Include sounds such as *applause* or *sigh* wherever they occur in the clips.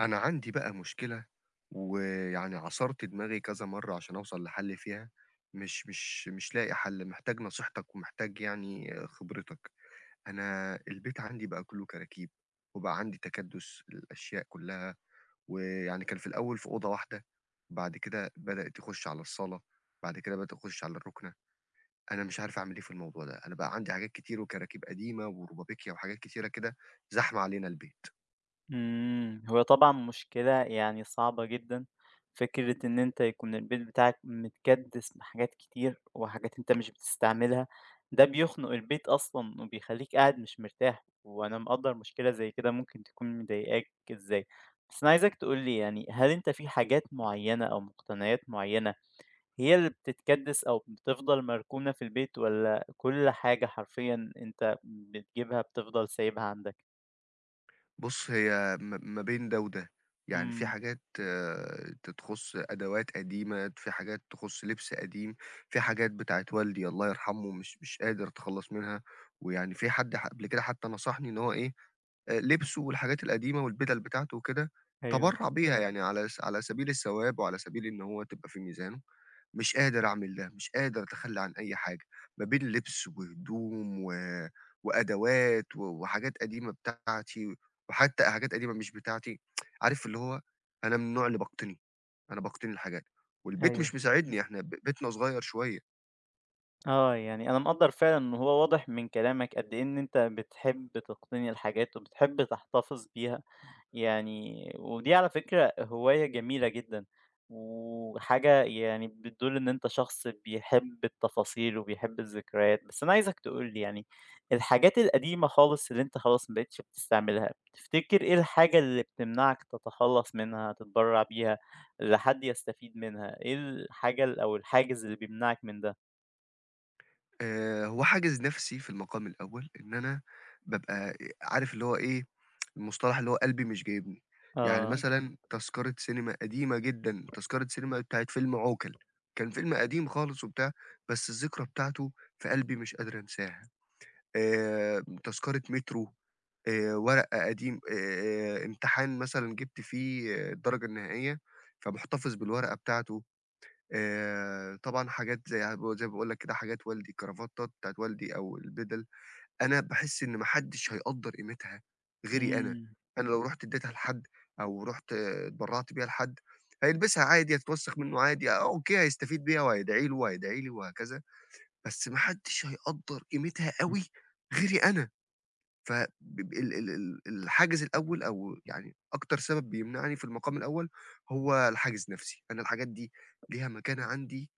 أنا عندي بقى مشكلة ويعني عصرت دماغي كذا مرّة عشان أوصل لحل فيها، مش لاقي حل، محتاج نصيحتك ومحتاج يعني خبرتك. أنا البيت عندي بقى كُلّه كراكيب، وبقى عندي تكدُّس الأشياء كُلّها، ويعني كان في الأول في أوضة واحدة، بعد كده بدأت تخُش على الصالة، بعد كده بدأت تخُش على الرُكنة. أنا مش عارف أعمل إيه في الموضوع ده، أنا بقى عندي حاجات كتير وكراكيب قديمة ورُبابيكيا وحاجات كتيرة كده زحمة علينا البيت. هو طبعًا مشكلة يعني صعبة جدًا، فكرة إن أنت يكون البيت بتاعك متكدِّس بحاجات كتير وحاجات أنت مش بتستعملها، ده بيخنق البيت أصلًا وبيخلّيك قاعد مش مرتاح، وأنا مقدّر مشكلة زي كده ممكن تكون مضايقاك إزاي. بس أنا عايزك تقول لي يعني هل أنت في حاجات معيّنة أو مقتنيات معيّنة هي اللي بتتكدِّس أو بتفضل مركونة في البيت والّا كل حاجة حرفيًا أنت بتجيبها بتفضل سايبها عندك؟ بُص، هي ما بين ده وده، يعني في إمم، حاجات تخُص أدوات قديمة، في حاجات تخُص لبس قديم، في حاجات بتاعة والدي الله يرحمه مش قادر أتخلّص منها، ويعني في حد قبل كده حتى نصحني إن هو إيه، لبسه والحاجات القديمة والبِدَل بتاعته وكده أيوه، تبرّع بيها، يعني على سبيل الثواب وعلى سبيل إن هو تبقى في ميزانه. مش قادر أعمل ده، مش قادر أتخلّى عن أي حاجة، ما بين لبس وهدوم و وأدوات و وحاجات قديمة بتاعتي، وحتى حاجات قديمة مش بتاعتي، *tsk* عارف اللي هو أنا من النوع اللي باقتني، أنا باقتني الحاجات، والبيت أيوه. مش مساعدني، إحنا بيتنا صغير شوية. آه، يعني أنا مقدّر فعلًا إن هو واضح من كلامك قد إيه إن أنت بتحب تقتني الحاجات وبتحب تحتفظ بيها، يعني ودي على فكرة هواية جميلة جدًا، وحاجة يعني بتدل إن أنت شخص بيحب التفاصيل وبيحب الذكريات، بس أنا عايزك تقول لي يعني الحاجات القديمة خالص اللي أنت خلاص ما بقيتش بتستعملها، تفتكر إيه الحاجة اللي بتمنعك تتخلّص منها، تتبرّع بيها، اللي حد يستفيد منها؟ إيه الحاجة ال أو الحاجز اللي بيمنعك من ده؟ هو حاجز نَفْسي في المقام الأول إن أنا بابقى عارف اللي هو إيه المصطلح اللي هو قلبي مش جايبني، يعني آه. مثلًا تذكرة سينما قديمة جدًا، تذكرة سينما بتاعة فيلم عوكل، كان فيلم قديم خالص وبتاع، بس الذكرى بتاعته في قلبي مش قادر أنساها، تذكرة مترو، ورقة قديم امتحان مثلًا جِبت فيه الدرجة النهائية، فمحتفظ بالورقة بتاعته، طبعًا حاجات زي ما باقول لك كده حاجات والدي، الكرافتات بتاعة والدي أو البِدَل. أنا باحس إن ما حدش هيقدّر قيمتها غيري أنا، إمم، أنا لو رُحت ادّيتها لحد أو رُحت اتبرّعت بيها لحد، هيلبسها عادي، هتتوسخ منه عادي، أوكي هيستفيد بيها وهيدعي له وهيدعي لي وهكذا، بس ما حدش هيقدّر قيمتها أوي غيري أنا، ف ب ب ال ال ال الحاجز الأول أو يعني أكتر سبب بيمنعني في المقام الأول هو الحاجز نَفْسي، أنا الحاجات دي ليها مكانة عندي،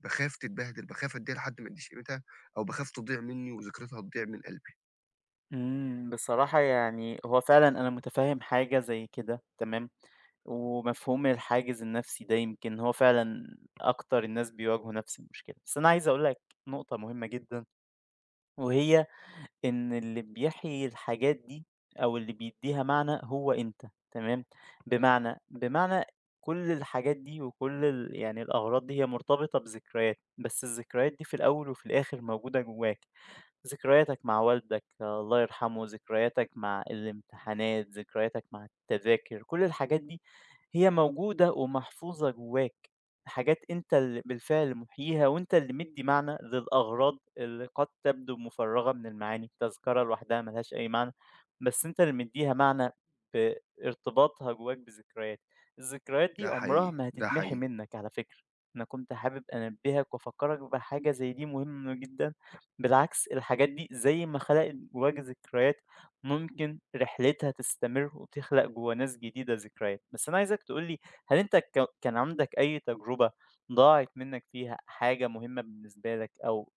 باخاف تتبهدل، باخاف أدّيها لحد ما يدّيش قيمتها أو باخاف تضيع منّي وذكرتها تضيع من قلبي. إمم، بصراحة يعني هو فعلًا أنا متفهم حاجة زي كده تمام، ومفهوم الحاجز النفسي ده يمكن هو فعلًا أكتر الناس بيواجهوا نفس المشكلة، بس أنا عايز أقول لك نقطة مهمة جدًا، وهي إن اللي بيحيي الحاجات دي أو اللي بيديها معنى هو أنت تمام، بمعنى كل الحاجات دي وكل ال يعني الأغراض دي هي مرتبطة بذكريات، بس الذكريات دي في الأول وفي الآخر موجودة جواك. ذكرياتك مع والدك آه، الله يرحمه، ذكرياتك مع الامتحانات، ذكرياتك مع التذاكر، كل الحاجات دي هي موجودة ومحفوظة جواك، حاجات أنت اللي بالفعل محييها وأنت اللي مدي معنى للأغراض اللي قد تبدو مفرغة من المعاني، تذكرة لوحدها ملهاش أي معنى، بس أنت اللي مديها معنى بارتباطها جواك بذكريات، الذكريات دي ده عمرها حقيقي، ما ده هتتمحي حقيقي. منك على فكرة، أنا كنت حابب أنبهك وأفكرك بحاجة زي دي مهمة جدا. بالعكس الحاجات دي زي ما خلقت جواك ذكريات ممكن رحلتها تستمر وتخلق جوا ناس جديدة ذكريات بس أنا عايزك تقولي هل أنت كان عندك أي تجربة ضاعت منك فيها حاجة مهمة بالنسبة لك أو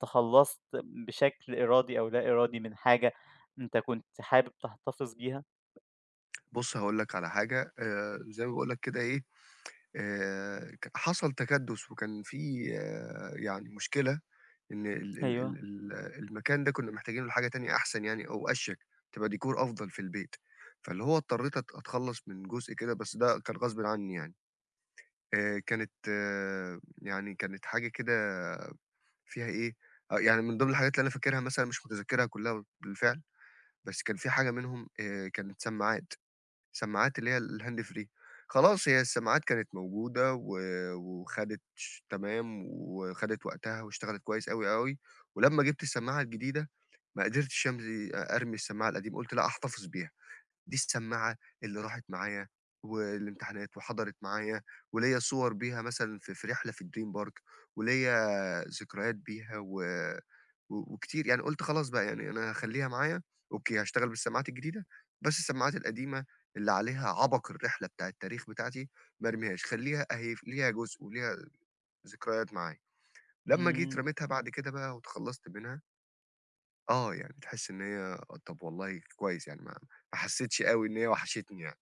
تخلصت بشكل إرادي أو لا إرادي من حاجة أنت كنت حابب تحتفظ بيها؟ بُص هاقول لك على حاجة، زي ما باقول لك كده إيه، ك حصل تكدُّس وكان في يعني مشكلة إن ال ال ال أيوه ال المكان ده كُنّا محتاجين له حاجة تانية أحسن يعني أو أشيك، تبقى ديكور أفضل في البيت، فاللي هو اضطريت أتخلّص من جزء كده، بس ده كان غصبٍ عنّي يعني. كانت آه، يعني كانت حاجة كده فيها إيه، يعني من ضمن الحاجات اللي أنا فاكرها مثلًا مش متذكّرها كُلّها بالفعل، بس كان في حاجة منهم كانت سماعات. سماعات اللي هي الهاند فري. خلاص هي السماعات كانت موجودة و وخدت ش تمام، وخدت وقتها واشتغلت كويس أوي، أوي، ولمّا جِبت السماعة الجديدة ما قدرتش أمضي أرمي السماعة القديمة، قُلت لأ هاحتفظ بيها. دي السماعة اللي راحت معايا والامتحانات وحضرت معايا وليّا صور بيها مثلًا في رحلة في الdream park وليّا ذكريات بيها و و وكتير يعني قُلت خلاص بقى يعني أنا هاخلّيها معايا، أوكي هاشتغل بالسماعات الجديدة، بس السماعات القديمة اللي عليها عبق الرحلة بتاع التاريخ بتاعتي ما ارميهاش، خلّيها أهي ليها جزء وليها ذكريات معايا. لمّا جيت مم. رميتها بعد كده بقى واتخلّصت منها، يعني تحس إن هي طب والله كويس يعني ما حسيتش أوي إن هي وحشتني يعني.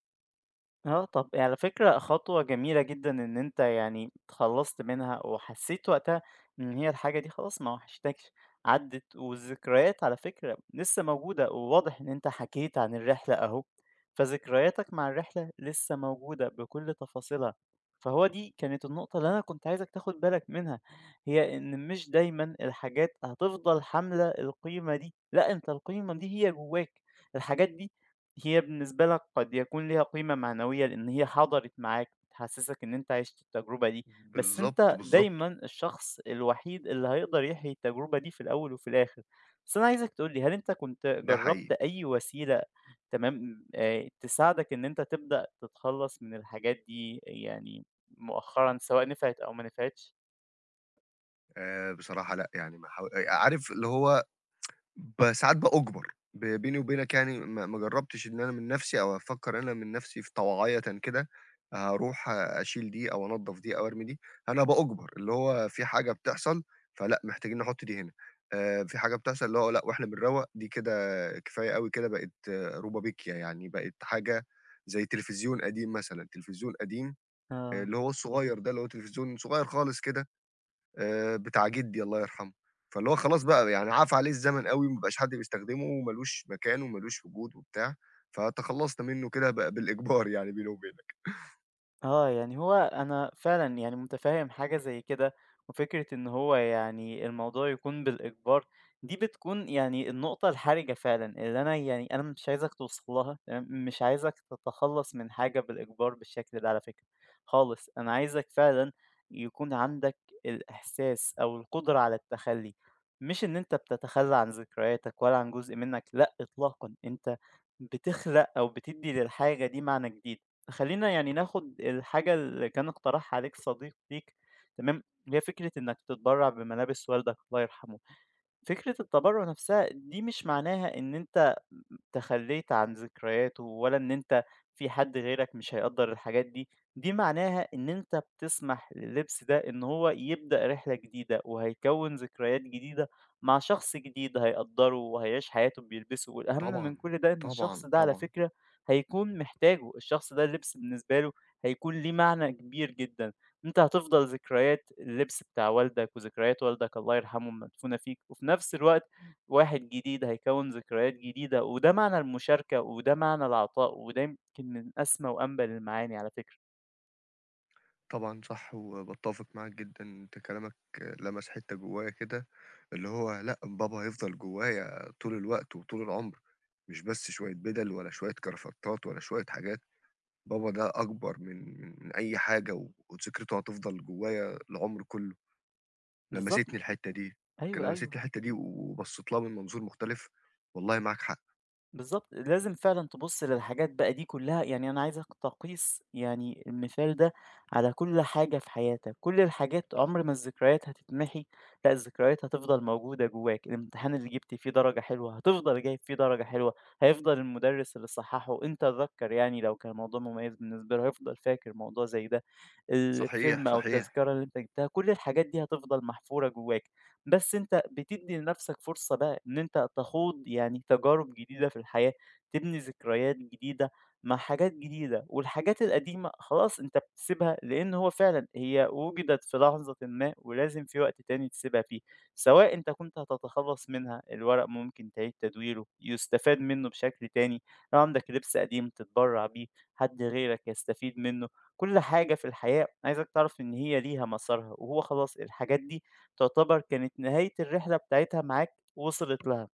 آه، طب على فكرة خطوة جميلة جدًا إن أنت يعني اتخلّصت منها وحسّيت وقتها إن هي الحاجة دي خلاص ما وحشتكش، عدّت والذكريات على فكرة لسه موجودة، وواضح إن أنت حكيت عن الرحلة أهو، فذكرياتك مع الرحلة لسه موجودة بكل تفاصيلها، فهو دي كانت النقطة اللي أنا كنت عايزك تاخد بالك منها، هي إن مش دايمًا الحاجات هتفضل حاملة القيمة دي، لأ أنت القيمة دي هي جواك، الحاجات دي هي بالنسبة لك قد يكون ليها قيمة معنوية لأن هي حضرت معاك، بتحسسك إن أنت عِشت التجربة دي، بس بالضبط، أنت بالضبط، دايمًا الشخص الوحيد اللي هيقدر يحيي التجربة دي في الأول وفي الآخر. بس أنا عايزك تقول لي هل أنت كنت ده حقيقي. جرّبت أي وسيلة تمام، تساعدك إن أنت تبدأ تتخلّص من الحاجات دي يعني مؤخرًا سواء نفعت أو ما نفعتش؟ بصراحة لأ، يعني ما حاو عارف اللي هو ساعات باُجبر، بيني وبينك يعني ما جرّبتش إن أنا من نَفْسي أو أفكّر أنا من نَفْسي في طوعيةً كده هاروح أشيل دي أو أنضّف دي أو أرمي دي، أنا باُجبر، اللي هو في حاجة بتحصل فلأ، محتاجين نحُط دي هنا، في حاجة بتحصل اللي هو لأ، وإحنا بنروّق دي كده كفاية أوي كده بقت رُبَبِكيا، يعني بقت حاجة زي تلفزيون قديم مثلًا، تلفزيون قديم آه. اللي هو الصغير ده، اللي هو تلفزيون صغير خالص كده بتاع جدي الله يرحمه، فاللي هو خلاص بقى يعني عَفى عليه الزمن أوي، ما بقاش حد بيستخدمه وما لوش مكان وما لوش وجود وبتاع، فتخلّصنا منه كده بالإجبار يعني بيني وبينك. آه، يعني هو أنا فعلًا يعني مُتفهِّم حاجة زي كده، وفكرة إن هو يعني الموضوع يكون بالإجبار، دي بتكون يعني النقطة الحرجة فعلًا، اللي أنا يعني أنا مش عايزك توصل لها تمام، مش عايزك تتخلّص من حاجة بالإجبار بالشكل ده على فكرة خالص، أنا عايزك فعلًا يكون عندك الإحساس أو القدرة على التخلّي، مش إن أنت بتتخلّى عن ذكرياتك ولا عن جزء منك، لأ إطلاقًا، أنت بتخلق أو بتدّي للحاجة دي معنى جديد. خلّينا يعني ناخد الحاجة اللي كان اقترحها عليك صديق ليك تمام، اللي هي فكرة إنك تتبرّع بملابس والدك الله يرحمه، فكرة التبرُّع نفسها دي مش معناها إن أنت تخلّيت عن ذكرياته ولا إن أنت في حد غيرك مش هيقدّر الحاجات دي، دي معناها إن أنت بتسمح لللبس ده إن هو يبدأ رحلة جديدة وهيكوّن ذكريات جديدة مع شخص جديد هيقدّره وهيعيش حياته بيلبسه، والأهم من طبعًا، كل ده إن طبعًا، الشخص ده على طبعًا، فكرة هيكون محتاجه، الشخص ده اللبس بالنسبة له هيكون ليه معنى كبير جدًا، أنت هتفضل ذكريات اللبس بتاع والدك وذكريات والدك الله يرحمه مدفونة فيك، وفي نفس الوقت واحد جديد، هيكوّن ذكريات جديدة، وده معنى المشاركة، وده معنى العطاء، وده يمكن من أسمى وأنبل المعاني على فكرة. طبعًا صح وباتّفق معاك جدًا، أنت كلامك لمس حتّة جوايا كده، اللي هو لأ، بابا هيفضل جوايا طول الوقت وطول العمر، مش بس شوية بِدَل ولا شوية كرافتات ولا شوية حاجات. بابا ده أكبر من أي حاجة و وذكرته هتفضل جوايا العمر كُلّه، بالضبط، لمستني الحتّة دي، أيوه، لمستني أيوه. الحتّة دي وبصّيت لها من منظور مختلف، والله معاك حق، بالضبط، لازم فعلًا تبُص للحاجات بقى دي كلّها، يعني أنا عايزك تقيس يعني المثال ده على كل حاجة في حياتك، كل الحاجات عمر ما الذكريات هتتمحي، لأ الذكريات هتفضل موجودة جواك، الامتحان اللي جِبت فيه درجة حلوة هتفضل جايب فيه درجة حلوة، هيفضل المُدرِّس اللي صحّحه أنت تذكّر يعني لو كان الموضوع مميز بالنسبة له هيفضل فاكر موضوع زي ده، صحيح، الفيلم أو صحيح، التذكرة اللي أنت جِبتها، كل الحاجات دي هتفضل محفورة جواك. بس أنت بتدّي لنفسك فرصة بقى إن أنت تخوض يعني تجارب جديدة في الحياة، تبني ذكريات جديدة مع حاجات جديدة، والحاجات القديمة خلاص أنت بتسيبها لإن هو فعلًا هي وُجدت في لحظةٍ ما ولازم في وقت تاني تسيبها فيه، سواء أنت كنت هتتخلّص منها، الورق ممكن تعيد تدويره، يُستفاد منه بشكل تاني، لو عندك لبس قديم تتبرّع بيه، حد غيرك يستفيد منه، كل حاجة في الحياة عايزك تعرف إن هي ليها مسارها، وهو خلاص الحاجات دي تعتبر كانت نهاية الرحلة بتاعتها معاك وصلت لها،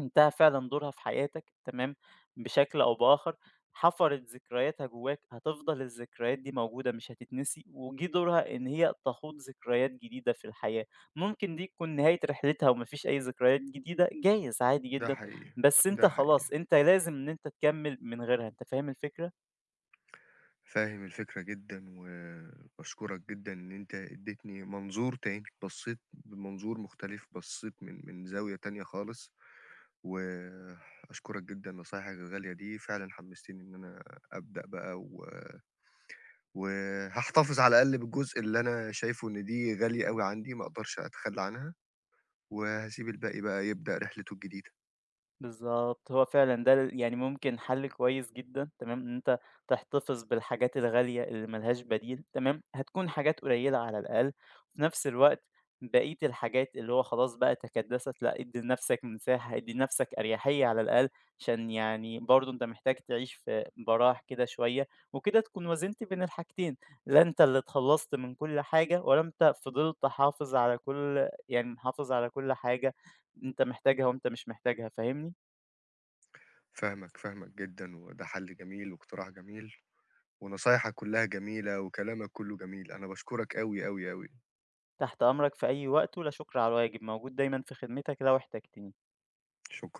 انتهى فعلًا دورها في حياتك تمام، بشكل أو بآخر، حفرت ذكرياتها جواك، هتفضل الذكريات دي موجودة مش هتتنسي، وجه دورها إن هي تخوض ذكريات جديدة في الحياة، ممكن دي تكون نهاية رحلتها وما فيش أي ذكريات جديدة جايز عادي ده جدًا، حقيقي، بس أنت ده حقيقي، خلاص أنت لازم إن أنت تكمّل من غيرها، أنت فاهم الفكرة؟ فاهم الفكرة جدًا وباشكرك جدًا إن أنت ادّيتني منظور تاني، بصّيت بمنظور مختلف، بصّيت من زاوية تانية خالص، وأشكرك جدًا نصايحك الغالية دي، فعلًا حمستني إن أنا أبدأ بقى و وهاحتفظ على الأقل بالجزء اللي أنا شايفه إن دي غالية أوي عندي ما أقدرش أتخلى عنها، وهاسيب الباقي بقى يبدأ رحلته الجديدة. بالضبط، هو فعلًا ده ال يعني ممكن حل كويس جدًا تمام، إن أنت تحتفظ بالحاجات الغالية اللي ما لهاش بديل تمام، هتكون حاجات قليلة على الأقل، وفي نفس الوقت بقية الحاجات اللي هو خلاص بقى تكدست، لأ ادّي لنفسك مساحة، ادّي لنفسك أريحية على الأقل، عشان يعني برضه أنت محتاج تعيش في براح كده شوية، وكده تكون وازنت بين الحاجتين، لا أنت اللي اتخلّصت من كل حاجة، ولا أنت فضلت حافظ على كل يعني محافظ على كل حاجة أنت محتاجها وأنت مش محتاجها، فاهمني؟ فاهمك، فاهمك جدًا، وده حل جميل واقتراح جميل، ونصايحك كلها جميلة وكلامك كله جميل. أنا باشكرك أوي، أوي، أوي. تحت أمرك في أي وقت ولا شكر على واجب موجود دايما في خدمتك لو احتجتني شكرًا.